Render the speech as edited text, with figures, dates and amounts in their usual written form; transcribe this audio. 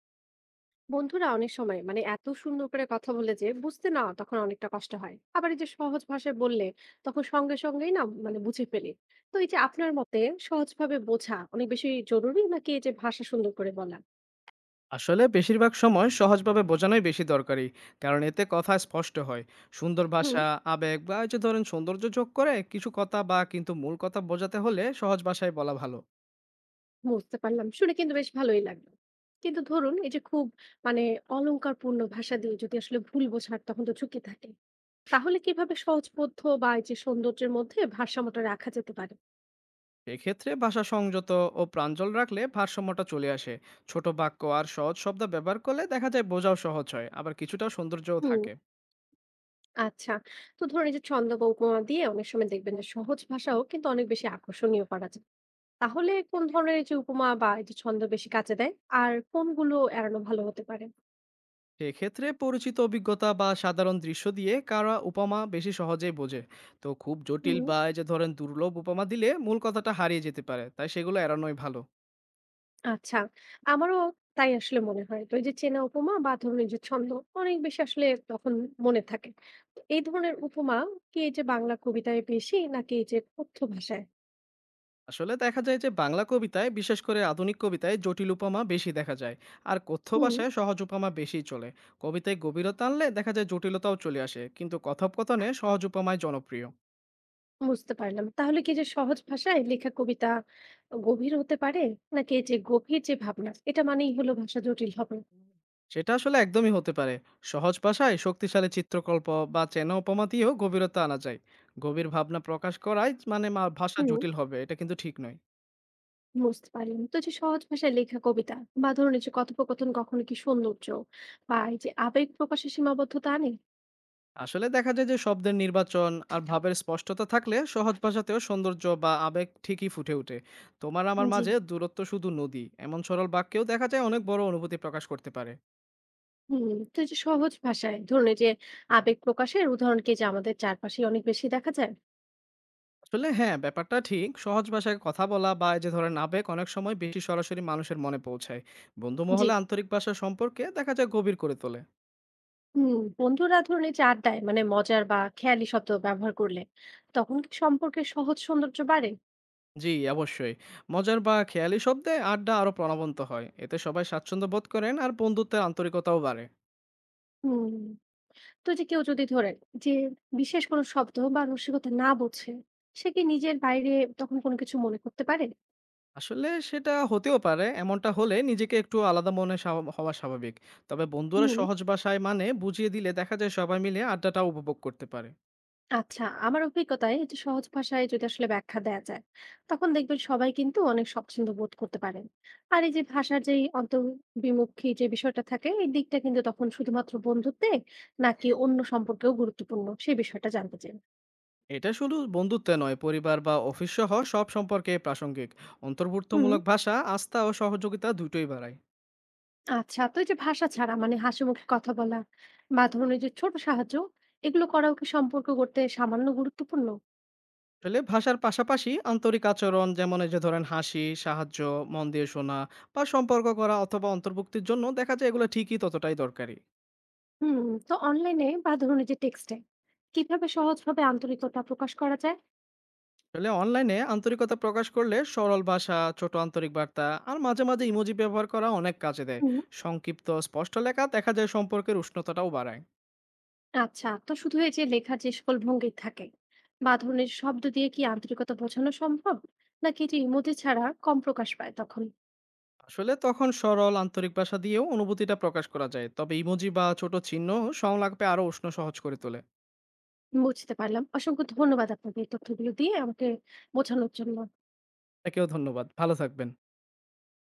বন্ধুরা অনেক সময় মানে এত সুন্দর করে কথা বলে যে বুঝতে না তখন অনেকটা কষ্ট হয়, আবার এই যে সহজ ভাষায় বললে তখন সঙ্গে সঙ্গেই না মানে বুঝে ফেলি। তো এই যে আপনার মতে সহজভাবে বোঝা অনেক বেশি জরুরি, নাকি এই যে ভাষা সুন্দর করে বলা? আসলে বেশিরভাগ সময় সহজভাবে বোঝানোই বেশি দরকারি। কারণ এতে কথা স্পষ্ট হয়। সুন্দর হুম। ভাষা আবেগ বা এই যে ধরেন সৌন্দর্য যোগ করে কিছু কথা, বা কিন্তু মূল কথা বোঝাতে হলে সহজ ভাষায় বলা ভালো। বুঝতে পারলাম, শুনে কিন্তু বেশ ভালোই লাগলো। কিন্তু ধরুন এই যে খুব মানে অলংকারপূর্ণ ভাষা দিয়ে যদি আসলে ভুল বোঝার তখন তো ঝুঁকি থাকে। তাহলে কিভাবে সহজবোধ্য বা এই যে সৌন্দর্যের মধ্যে ভারসাম্যটা রাখা যেতে পারে? এক্ষেত্রে ভাষা সংযত ও প্রাঞ্জল রাখলে ভারসাম্যটা চলে আসে। ছোট বাক্য আর সহজ শব্দ ব্যবহার করলে দেখা যায় বোঝাও সহজ হয়, আবার কিছুটা সৌন্দর্যও হুম। থাকে। আচ্ছা, তো ধরুন এই যে ছন্দ বা উপমা দিয়ে অনেক সময় দেখবেন যে সহজ ভাষাও কিন্তু অনেক বেশি আকর্ষণীয় করা যায়। তাহলে কোন ধরনের এই যে উপমা বা এই যে ছন্দ বেশি কাজে দেয়, আর কোনগুলো এড়ানো ভালো হতে পারে? সেক্ষেত্রে পরিচিত অভিজ্ঞতা বা সাধারণ দৃশ্য দিয়ে কারা উপমা বেশি সহজেই বোঝে। তো খুব জটিল হুম। বা এই যে ধরেন দুর্লভ উপমা দিলে মূল কথাটা হারিয়ে যেতে পারে, তাই সেগুলো এড়ানোই ভালো। আচ্ছা, আমারও তাই আসলে মনে হয়। তো এই যে চেনা উপমা বা ধরুন এই যে ছন্দ অনেক বেশি আসলে তখন মনে থাকে। তো এই ধরনের উপমা কি এই যে বাংলা কবিতায় বেশি, নাকি এই যে কথ্য ভাষায়? আসলে দেখা যায় যে বাংলা কবিতায়, বিশেষ করে আধুনিক কবিতায়, জটিল উপমা বেশি দেখা যায়। আর কথ্য হুম। ভাষায় সহজ উপমা বেশি চলে। কবিতায় গভীরতা আনলে দেখা যায় জটিলতাও চলে আসে, কিন্তু কথোপকথনে সহজ উপমায় জনপ্রিয়। বুঝতে পারলাম। তাহলে কি যে সহজ ভাষায় লেখা কবিতা গভীর হতে পারে? নাকি এই যে গভীর যে ভাবনা, এটা মানেই হলো ভাষা জটিল হবে? সেটা আসলে একদমই হতে পারে। সহজ ভাষায় শক্তিশালী চিত্রকল্প বা চেনা উপমা দিয়েও গভীরতা আনা যায়। গভীর ভাবনা প্রকাশ করাই মানে ভাষা হুম। জটিল হবে, এটা কিন্তু ঠিক নয়। বুঝতে পারলাম। তো যে সহজ ভাষায় লেখা কবিতা বা ধরুন এই যে কথোপকথন কখনো কি সৌন্দর্য বা এই যে আবেগ প্রকাশে সীমাবদ্ধতা আনে? আসলে দেখা যায় যে শব্দের নির্বাচন আর ভাবের স্পষ্টতা থাকলে সহজ ভাষাতেও সৌন্দর্য বা আবেগ ঠিকই ফুটে ওঠে। "তোমার আমার জি। মাঝে দূরত্ব শুধু নদী" এমন সরল বাক্যেও দেখা যায় অনেক বড় অনুভূতি প্রকাশ করতে পারে। হুম। তো এই যে সহজ ভাষায় ধরুন এই যে আবেগ প্রকাশের উদাহরণ কি যে আমাদের চারপাশে অনেক বেশি দেখা যায়? আসলে হ্যাঁ, ব্যাপারটা ঠিক। সহজ ভাষায় কথা বলা বা এই যে ধরেন আবেগ অনেক সময় বেশি সরাসরি মানুষের মনে পৌঁছায়। বন্ধু জি। মহলে আন্তরিক ভাষা সম্পর্কে দেখা যায় গভীর করে তোলে। হুম। বন্ধুরা ধরুন এই যে আড্ডায় মানে মজার বা খেয়ালি শব্দ ব্যবহার করলে তখন কি সম্পর্কের সহজ সৌন্দর্য বাড়ে? জি, অবশ্যই। মজার বা খেয়ালি শব্দে আড্ডা আরো প্রাণবন্ত হয়। এতে সবাই স্বাচ্ছন্দ্য বোধ করেন আর বন্ধুত্বের আন্তরিকতাও বাড়ে। হুম। তো এই যে কেউ যদি ধরেন যে বিশেষ কোনো শব্দ বা রসিকতা না বোঝে, সে কি নিজের বাইরে তখন কোনো কিছু মনে করতে পারে? আসলে সেটা হতেও পারে। এমনটা হলে নিজেকে একটু আলাদা মনে হওয়া স্বাভাবিক। তবে বন্ধুরা হুম। সহজ ভাষায় মানে বুঝিয়ে দিলে দেখা যায় সবাই মিলে আড্ডাটাও উপভোগ করতে পারে। আচ্ছা, আমার অভিজ্ঞতায় এই যে সহজ ভাষায় যদি আসলে ব্যাখ্যা দেয়া যায়, তখন দেখবেন সবাই কিন্তু অনেক স্বচ্ছন্দ বোধ করতে পারেন। আর এই যে ভাষার যেই অন্তর্বিমুখী যে বিষয়টা থাকে, এই দিকটা কিন্তু তখন শুধুমাত্র বন্ধুত্বে নাকি অন্য সম্পর্কেও গুরুত্বপূর্ণ, সেই বিষয়টা জানতে চাই। এটা শুধু বন্ধুত্বে নয়, পরিবার বা অফিস সহ সব সম্পর্কে প্রাসঙ্গিক। হুম। অন্তর্ভুক্তমূলক ভাষা আস্থা ও সহযোগিতা দুটোই বাড়ায়। আচ্ছা, তো এই যে ভাষা ছাড়া মানে হাসিমুখে কথা বলা বা ধরুন এই যে ছোট সাহায্য, এগুলো করাও কি সম্পর্ক করতে সামান্য গুরুত্বপূর্ণ? আসলে ভাষার পাশাপাশি আন্তরিক আচরণ, যেমন এই যে ধরেন হাসি, সাহায্য, মন দিয়ে শোনা বা সম্পর্ক করা অথবা অন্তর্ভুক্তির জন্য, দেখা যায় এগুলো ঠিকই ততটাই দরকারি। হুম। তো অনলাইনে বা ধরুন এই যে টেক্সটে কিভাবে সহজভাবে আন্তরিকতা প্রকাশ করা যায়? আসলে অনলাইনে আন্তরিকতা প্রকাশ করলে সরল ভাষা, ছোট আন্তরিক বার্তা আর মাঝে মাঝে ইমোজি ব্যবহার করা অনেক কাজে দেয়। হুম। সংক্ষিপ্ত স্পষ্ট লেখা দেখা যায় সম্পর্কের উষ্ণতাটাও বাড়ায়। আচ্ছা, তো শুধু এই যে লেখার যে সকল ভঙ্গি থাকে বা ধরুন এই যে শব্দ দিয়ে কি আন্তরিকতা বোঝানো সম্ভব, নাকি এটি ইমোজি ছাড়া কম প্রকাশ পায় তখন? আসলে তখন সরল আন্তরিক ভাষা দিয়েও অনুভূতিটা প্রকাশ করা যায়, তবে ইমোজি বা ছোট চিহ্ন সংলাপে আরো উষ্ণ সহজ করে তোলে। বুঝতে পারলাম। অসংখ্য ধন্যবাদ আপনাকে এই তথ্যগুলো দিয়ে আমাকে বোঝানোর জন্য। তাকেও ধন্যবাদ, ভালো থাকবেন।